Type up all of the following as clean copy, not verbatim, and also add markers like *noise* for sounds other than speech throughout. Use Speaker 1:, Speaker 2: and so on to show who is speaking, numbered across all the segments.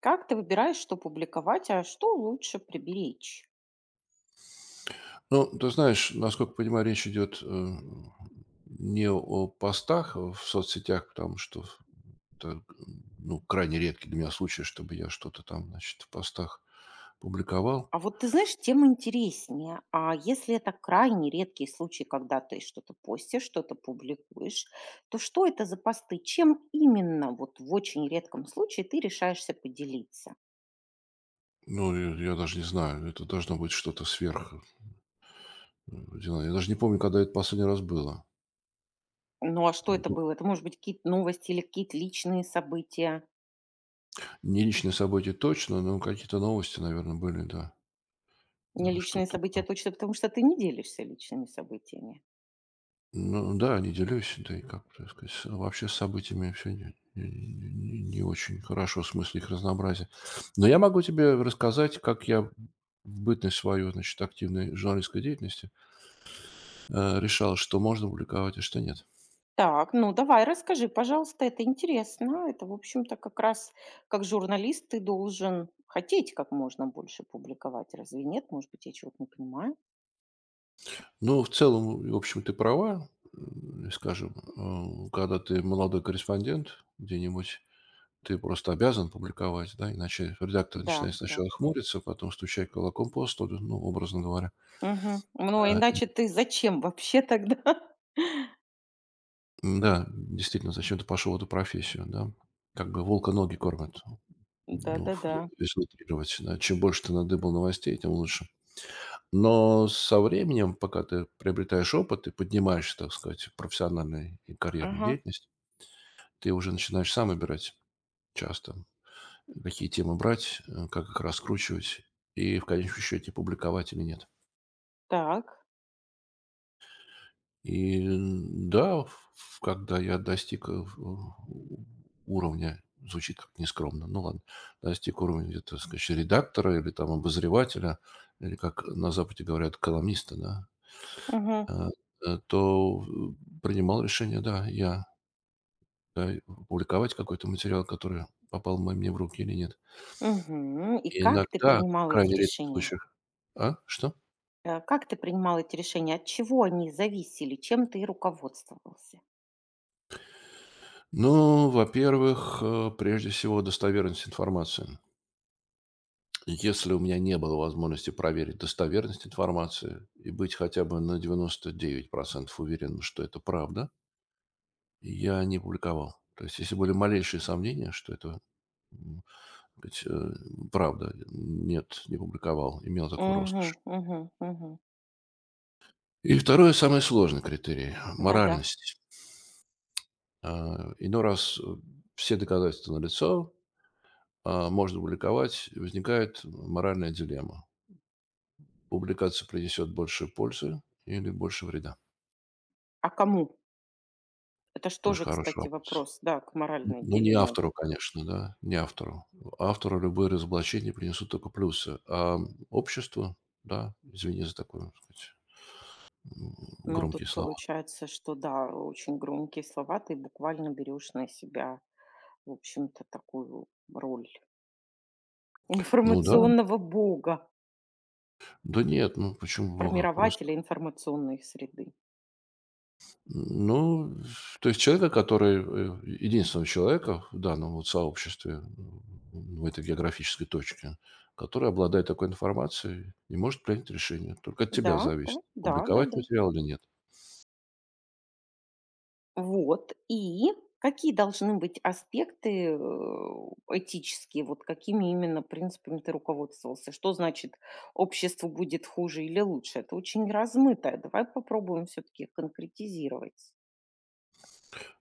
Speaker 1: Как ты выбираешь, что публиковать, а что лучше приберечь?
Speaker 2: Ну, ты знаешь, насколько понимаю, речь идет, не о постах в соцсетях, потому что это, ну, крайне редкий для меня случай, чтобы я что-то там, значит, в постах публиковал.
Speaker 1: А вот ты знаешь, тем интереснее. А если это крайне редкий случай, когда ты что-то постишь, что-то публикуешь, то что это за посты? Чем именно вот в очень редком случае ты решаешься поделиться?
Speaker 2: Ну, я даже не знаю, это должно быть что-то сверх, ординарное. Я даже не помню, когда это последний раз было.
Speaker 1: Ну а что это
Speaker 2: Ну,
Speaker 1: было? Это может быть какие-то новости или какие-то личные события?
Speaker 2: не личные события точно, но какие-то новости, наверное, были, да.
Speaker 1: Не
Speaker 2: Э,
Speaker 1: личные
Speaker 2: что-то
Speaker 1: события а точно, потому что ты не делишься личными событиями.
Speaker 2: Ну да, не делюсь, да и как, так сказать, с вообще с событиями все не очень хорошо, в смысле их разнообразия. Но я могу тебе рассказать, как я в бытность свою, значит, активной журналистской деятельности, решал, что можно публиковать, а что нет.
Speaker 1: Так, ну давай, расскажи, пожалуйста, это интересно. Это, в общем-то, как раз как журналист ты должен хотеть как можно больше публиковать. Разве нет? Может быть, я чего-то не понимаю?
Speaker 2: Ну, в целом, в общем, ты права, скажем, когда ты молодой корреспондент где-нибудь, ты просто обязан публиковать, да, иначе редактор
Speaker 1: Да,
Speaker 2: начинает
Speaker 1: да.
Speaker 2: сначала хмуриться, потом стучать кулаком по столу, ну, образно говоря.
Speaker 1: Мгм. Ну, а
Speaker 2: А,
Speaker 1: иначе ты зачем вообще тогда? *laughs*
Speaker 2: Да, действительно, зачем ты пошел в эту профессию, да? Как бы волка ноги кормят. Ну, ф
Speaker 1: Да-да-да.
Speaker 2: если утрировать, да. Чем больше ты надыбал новостей, тем лучше. Но со временем, пока ты приобретаешь опыт и поднимаешься, так сказать, в профессиональной и карьерной
Speaker 1: Ага.
Speaker 2: деятельности, ты уже начинаешь сам выбирать часто, какие темы брать, как их раскручивать и в конечном счете публиковать или нет.
Speaker 1: Так.
Speaker 2: И да, ф Когда я достиг, э, в уровня, звучит как нескромно, ну ладно, достиг уровня где-то, так сказать, редактора или там обозревателя, или, как на Западе говорят, колумниста, да,
Speaker 1: Мгм.
Speaker 2: а, э, то в принимал решение, да, я, да, и публиковать какой-то материал, который попал мо мне в руки или нет.
Speaker 1: Мгм. И как ты
Speaker 2: Иногда, в
Speaker 1: принимал эти
Speaker 2: крайне редких
Speaker 1: решения?
Speaker 2: случаях. А? Что?
Speaker 1: Как ты принимал эти решения? От чего они зависели? Чем ты руководствовался?
Speaker 2: Ну, во-первых, прежде всего, достоверность информации. Если у меня не было возможности проверить достоверность информации и быть хотя бы на 99% уверенным, что это правда, я не публиковал. То есть, если были малейшие сомнения, что это м, так сказать, э, правда, нет, не публиковал, имел такую
Speaker 1: Угу,
Speaker 2: роскошь.
Speaker 1: угу, угу.
Speaker 2: И второй, самый сложный критерий–
Speaker 1: Да-да.
Speaker 2: моральность. Иной раз все доказательства налицо, а можно публиковать, и возникает моральная дилемма. Публикация принесет больше пользы или больше вреда?
Speaker 1: А кому? Это ж
Speaker 2: Тоже
Speaker 1: тоже,
Speaker 2: хороший
Speaker 1: кстати,
Speaker 2: вопрос.
Speaker 1: вопрос, да, к
Speaker 2: Н
Speaker 1: моральной
Speaker 2: ну, не
Speaker 1: дилемме. Вот.
Speaker 2: автору, конечно, да, не автору. Автору любые разоблачения принесут только плюсы, а обществу, да, извини за такое, так сказать, м,
Speaker 1: Но тут
Speaker 2: громкие слова.
Speaker 1: получается, что да, очень громкие слова, ты буквально берешь на себя, в общем-то, такую роль *laughs*
Speaker 2: Ну да,
Speaker 1: информационного бога,
Speaker 2: да нет, ну почему Бога, просто.
Speaker 1: формирователя информационной среды.
Speaker 2: Ну, то есть человека, который, единственного человека в данном вот сообществе, в этой географической точке, который обладает такой информацией и может принять решение. Только от
Speaker 1: Да,
Speaker 2: тебя
Speaker 1: да,
Speaker 2: зависит,
Speaker 1: да, да,
Speaker 2: публиковать
Speaker 1: да.
Speaker 2: материал или нет.
Speaker 1: Вот. И какие должны быть аспекты, этические, вот какими именно принципами ты руководствовался? Что значит общество будет хуже или лучше? Это очень размытое. Давай попробуем все-таки конкретизировать.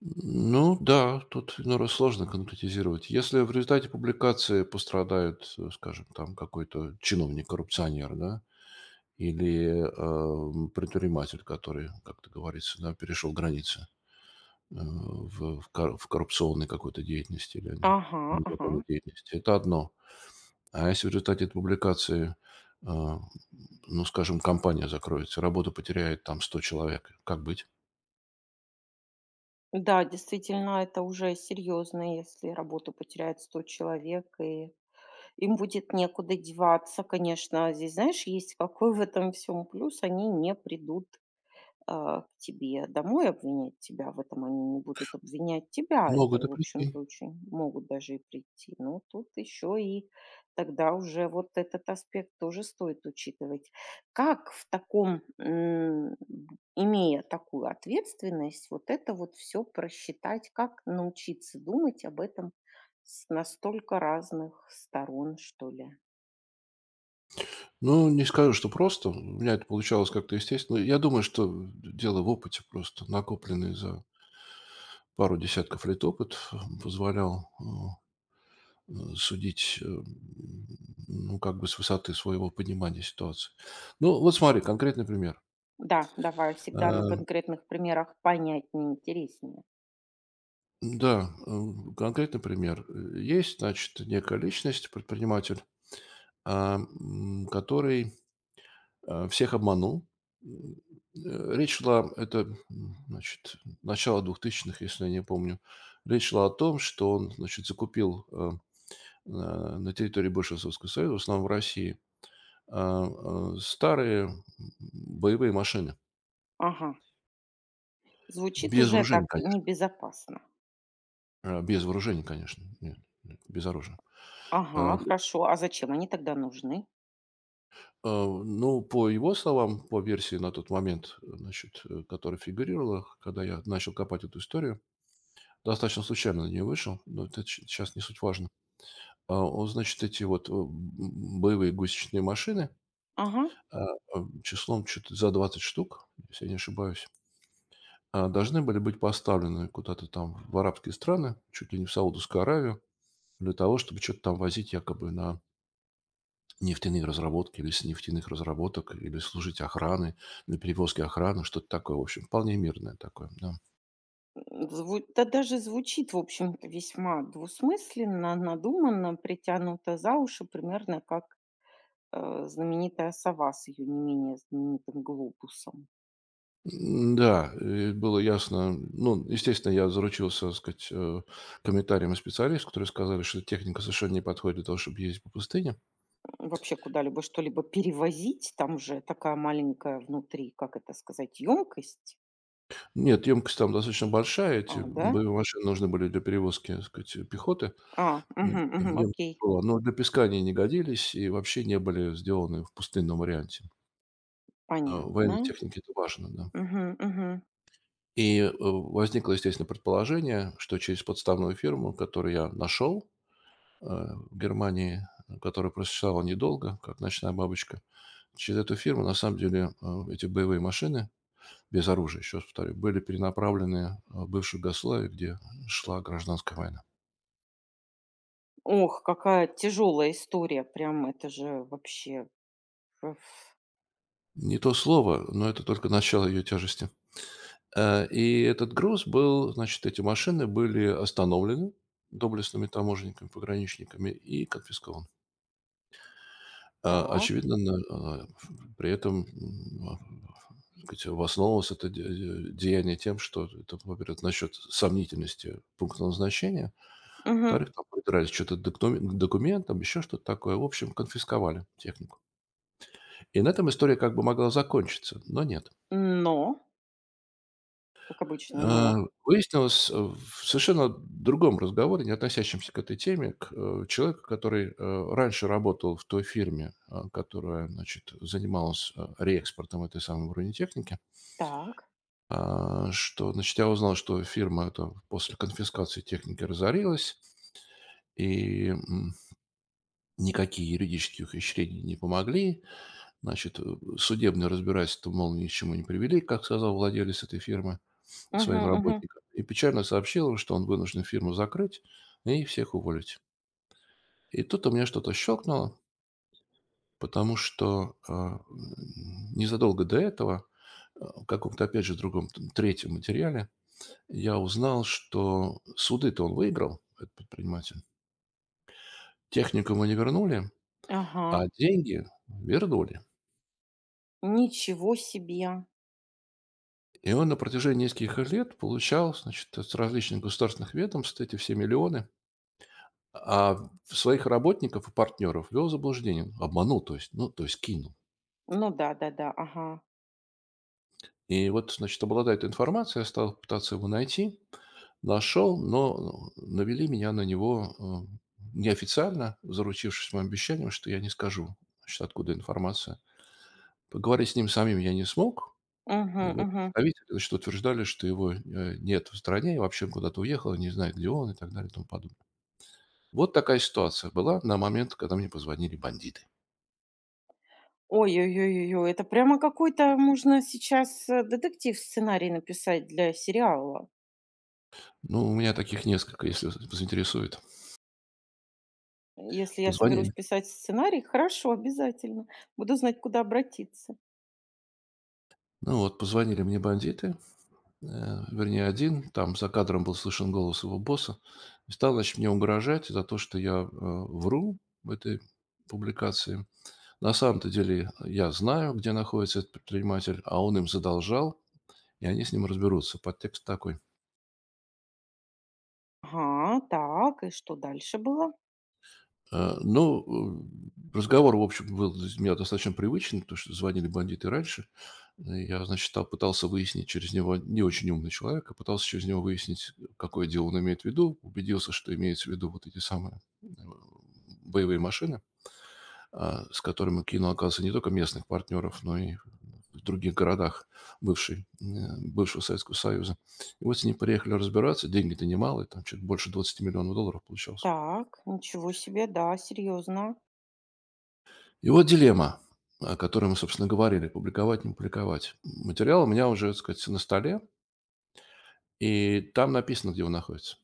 Speaker 2: Ну да, тут иной раз сложно конкретизировать. Если в результате публикации пострадает, скажем, там какой-то чиновник-коррупционер, да, или предприниматель, который, как ты говорится, да, перешел границы в коррупционной какой-то деятельности или
Speaker 1: Ага, ага.
Speaker 2: незаконной деятельности, это одно. А если в результате этой публикации, э, ну, скажем, компания закроется, работу потеряет там 100 человек, как быть?
Speaker 1: Да, действительно, это уже серьезно, если работу потеряет 100 человек, и им будет некуда деваться, конечно. А здесь, знаешь, есть какой в этом всем плюс, они не придут к тебе домой обвинять тебя в этом, они не будут обвинять тебя, это,
Speaker 2: Могут и
Speaker 1: в общем-то,
Speaker 2: прийти.
Speaker 1: очень могут даже и прийти. Но тут еще и тогда уже вот этот аспект тоже стоит учитывать. Как в таком, имея такую ответственность, вот это вот все просчитать, как научиться думать об этом с настолько разных сторон, что ли?
Speaker 2: Ну, не скажу, что просто. У меня это получалось как-то естественно. Я думаю, что дело в опыте просто, накопленный за пару десятков лет опыт, позволял, судить, ну, как бы с высоты своего понимания ситуации. Ну, вот смотри, конкретный пример.
Speaker 1: Да, давай,
Speaker 2: Э,
Speaker 1: всегда на конкретных примерах понятнее, интереснее.
Speaker 2: да, конкретный пример. Есть, значит, некая личность, предприниматель, который всех обманул. М, Речь шла, это, значит, начало 2000-х, если я не помню. Речь шла о том, что он, значит, закупил э, на территории бывшего Советского Союза, в основном в России, а, старые боевые машины.
Speaker 1: Ага. Звучит
Speaker 2: Без
Speaker 1: уже так
Speaker 2: вооружения, конечно.
Speaker 1: небезопасно.
Speaker 2: Без вооружения, конечно. Нет, нет, без оружия. А,
Speaker 1: Ага, хорошо. А зачем они тогда нужны?
Speaker 2: Ну, по его словам, по версии на тот момент, значит, которая фигурировала, когда я начал копать эту историю. Достаточно случайно на нее вышел, но это сейчас не суть важно. Значит, эти вот, боевые гусечные машины,
Speaker 1: Ага.
Speaker 2: а, числом чуть за 20 штук, если я не ошибаюсь, должны были быть поставлены куда-то там в арабские страны, чуть ли не в Саудовскую Аравию, для того, чтобы что то там возить якобы на нефтяные разработки или с нефтяных разработок, или служить охраной, на перевозки охраны, что-то такое, в общем, вполне мирное такое, да.
Speaker 1: М, зву да даже звучит, в общем-то, весьма двусмысленно, надуманно, притянуто за уши, примерно как, знаменитая сова с ее не менее знаменитым глобусом.
Speaker 2: Да, было ясно. Ну, естественно, я заручился, так сказать, комментариями специалистов, которые сказали, что эта техника совершенно не подходит для того, чтобы ездить по пустыне.
Speaker 1: М, вообще, куда-либо что-либо перевозить, там же такая маленькая внутри, как это сказать, емкость.
Speaker 2: Нет, емкость там достаточно большая,
Speaker 1: А,
Speaker 2: эти
Speaker 1: да?
Speaker 2: боевые машины нужны были для перевозки, так сказать, пехоты.
Speaker 1: А, мгм,
Speaker 2: Там
Speaker 1: мгм, окей,
Speaker 2: емкость была, но для песка они не годились и вообще не были сделаны в пустынном варианте. А в
Speaker 1: понятно.
Speaker 2: военной технике это важно, да.
Speaker 1: Мгм, мгм.
Speaker 2: И возникло, естественно, предположение, что через подставную фирму, которую я нашел, в Германии, которая просуществовала недолго, как «Ночная бабочка», через эту фирму, на самом деле, эти боевые машины без оружия, еще раз повторю, были перенаправлены в бывшую Югославию, где шла гражданская война.
Speaker 1: Ох, какая тяжелая история. Прям это же вообще. Ф
Speaker 2: Не то слово, но это только начало ее тяжести. И этот груз был, значит, эти машины были остановлены доблестными таможенниками, пограничниками и конфискованы. А,
Speaker 1: Так.
Speaker 2: очевидно, на а, при этом, м, а, Так сказать, обосновывалось это де де деяние тем, что это, во-первых, насчет сомнительности пункта назначения,
Speaker 1: Мгм.
Speaker 2: во-вторых, там придрались что то доктуме к документам, еще что-то такое. В общем, конфисковали технику. И на этом история как бы могла закончиться, но нет.
Speaker 1: Но, как обычно,
Speaker 2: Э,
Speaker 1: но.
Speaker 2: Выяснилось в совершенно другом разговоре, не относящемся к этой теме, к, человеку, который, раньше работал в той фирме, которая, значит, занималась, реэкспортом этой самой бронетехники.
Speaker 1: Так.
Speaker 2: Что, значит, я узнал, что фирма эта после конфискации техники разорилась, и, никакие юридические ухищрения не помогли. Значит, судебные разбирательства, мол, ни к чему не привели, как сказал владелец этой фирмы своим
Speaker 1: Мгм, мгм.
Speaker 2: работникам, и печально сообщил им, что он вынужден фирму закрыть и всех уволить. И тут у меня что-то щелкнуло, потому что незадолго до этого, в каком-то, опять же, другом третьем материале, я узнал, что суды-то он выиграл, этот предприниматель. Технику мы не вернули,
Speaker 1: Ага.
Speaker 2: а деньги вернули.
Speaker 1: Ничего себе.
Speaker 2: И он на протяжении нескольких лет получал, значит, с различных государственных ведомств эти все миллионы, а своих работников и партнеров ввел в заблуждение, обманул, то есть, ну, то есть кинул.
Speaker 1: Ну да, да-да, ага.
Speaker 2: И вот, значит, обладая этой информацией, я стал пытаться его найти, нашел, но ну, навели меня на него неофициально, заручившись моим обещанием, что я не скажу, значит, откуда информация. Поговорить с ним самим я не смог.
Speaker 1: Мгм,
Speaker 2: А его
Speaker 1: мгм.
Speaker 2: представители, значит, утверждали, что его, нет в стране, и вообще он куда-то уехал, не знает, где он, и так далее, и тому подобное. Вот такая ситуация была на момент, когда мне позвонили бандиты.
Speaker 1: Ой, ой, ой, ой, это прямо какой-то можно сейчас, детектив-сценарий написать для сериала.
Speaker 2: Ну, у меня таких несколько, если вас это заинтересует.
Speaker 1: Если я соберусь
Speaker 2: Позвонили.
Speaker 1: писать сценарий, хорошо, обязательно. Буду знать, куда обратиться.
Speaker 2: Ну вот, позвонили мне бандиты, э, вернее, один, там за кадром был слышен голос его босса, и стал, значит, мне угрожать за то, что я, вру в этой публикации. На самом-то деле я знаю, где находится этот предприниматель, а он им задолжал, и они с ним разберутся. Подтекст такой.
Speaker 1: Ага, так, и что дальше было?
Speaker 2: Ну, разговор, в общем, был для меня достаточно привычный, потому что звонили бандиты раньше. Я, значит, пытался выяснить через него, не очень умный человек, а пытался через него выяснить, какое дело он имеет в виду. Убедился, что имеется в виду вот эти самые боевые машины, с которыми кинул, оказывается, не только местных партнеров, но и в других городах бывшей, э, бывшего Советского Союза. И вот с ним приехали разбираться. Деньги-то немалые, там чуть больше 20 миллионов долларов получалось.
Speaker 1: Так, ничего себе, да, серьезно.
Speaker 2: И вот дилемма, о которой мы, собственно, говорили: публиковать, не публиковать. Материал у меня уже, так сказать, на столе, и там написано, где он находится.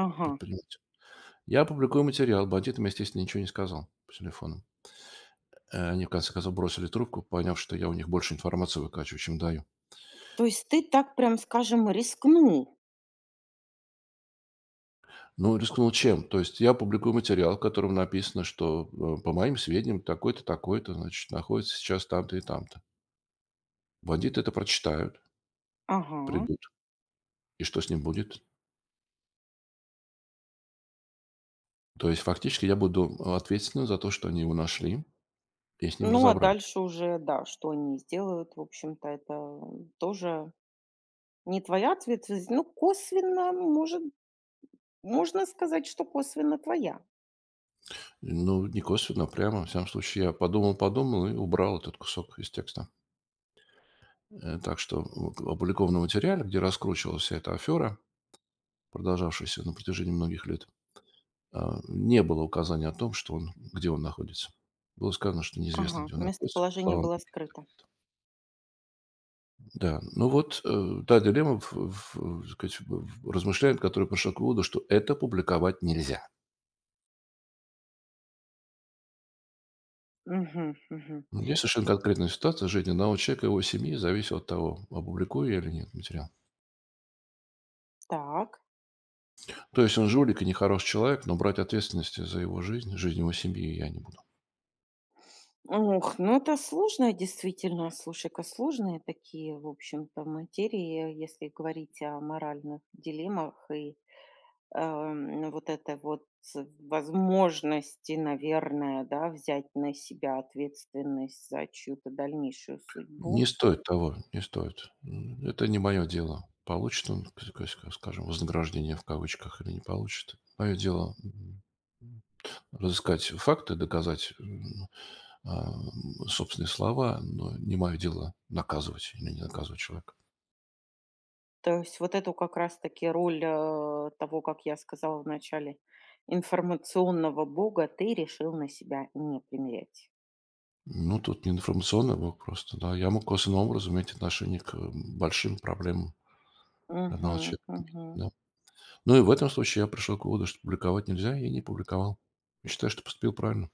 Speaker 1: Ага.
Speaker 2: П Я публикую материал, бандитам, естественно, ничего не сказал по телефону. Они, в конце концов, бросили трубку, поняв, что я у них больше информации выкачиваю, чем даю.
Speaker 1: То есть ты так, прям скажем, рискнул.
Speaker 2: Ну, рискнул чем? То есть я публикую материал, в котором написано, что, по моим сведениям, такой-то, такой-то, значит, находится сейчас там-то и там-то. Бандиты это прочитают,
Speaker 1: Ага.
Speaker 2: придут. И что с ним будет? То есть фактически я буду ответственным за то, что они его нашли и с ним
Speaker 1: Ну, а
Speaker 2: разобрались.
Speaker 1: дальше уже, да, что они сделают, в общем-то, это тоже не твоя ответственность. Ну, косвенно, может, можно сказать, что косвенно твоя.
Speaker 2: Ну, не косвенно, а прямо. В всяком случае, я подумал-подумал и убрал этот кусок из текста. Так что в опубликованном материале, где раскручивалась вся эта афера, продолжавшаяся на протяжении многих лет, не было указания о том, что он, где он находится. Было сказано, что
Speaker 1: Ага,
Speaker 2: неизвестно, где он находится, по
Speaker 1: местоположение
Speaker 2: словам
Speaker 1: было
Speaker 2: Дикки.
Speaker 1: скрыто.
Speaker 2: Да, ну вот та дилемма, так сказать, размышляет, который пришел к выводу, что это публиковать нельзя.
Speaker 1: Угу, угу.
Speaker 2: Здесь совершенно конкретная ситуация в жизни одного человека и его семьи зависит от того, опубликую я или нет материал.
Speaker 1: Так.
Speaker 2: То есть он жулик и нехороший человек, но брать ответственности за его жизнь, жизнь его семьи я не буду.
Speaker 1: Ох, ну это сложно, действительно, слушай-ка, сложные такие, в общем-то, материи, если говорить о моральных дилеммах и вот это вот возможности, наверное, да, взять на себя ответственность за чью-то дальнейшую судьбу.
Speaker 2: Не стоит того, не стоит. Это не мое дело. Получит он, скажем, вознаграждение в кавычках или не получит. Мое дело разыскать факты, доказать а, собственные слова, но не мое дело наказывать или не наказывать человека.
Speaker 1: То есть вот эту как раз-таки роль того, как я сказала в начале, информационного бога ты решил на себя не примерять.
Speaker 2: Ну, тут не информационный блок просто, да. Я мог косвенным образом иметь отношение к, большим проблемам данного
Speaker 1: Мгм,
Speaker 2: человека,
Speaker 1: мгм.
Speaker 2: да. Ну и в этом случае я пришел к выводу, что публиковать нельзя, и не публиковал. Я считаю, что поступил правильно.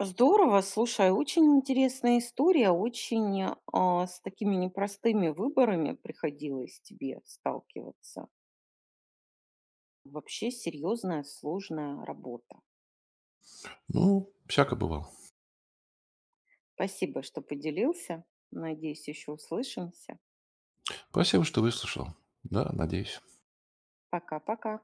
Speaker 1: Здорово, слушай, очень интересная история, очень с такими непростыми выборами приходилось тебе сталкиваться. Вообще серьезная, сложная работа.
Speaker 2: Ну, всяко бывало.
Speaker 1: Спасибо, что поделился. Надеюсь, еще услышимся.
Speaker 2: Спасибо, что выслушал. Да, надеюсь
Speaker 1: Пока-пока.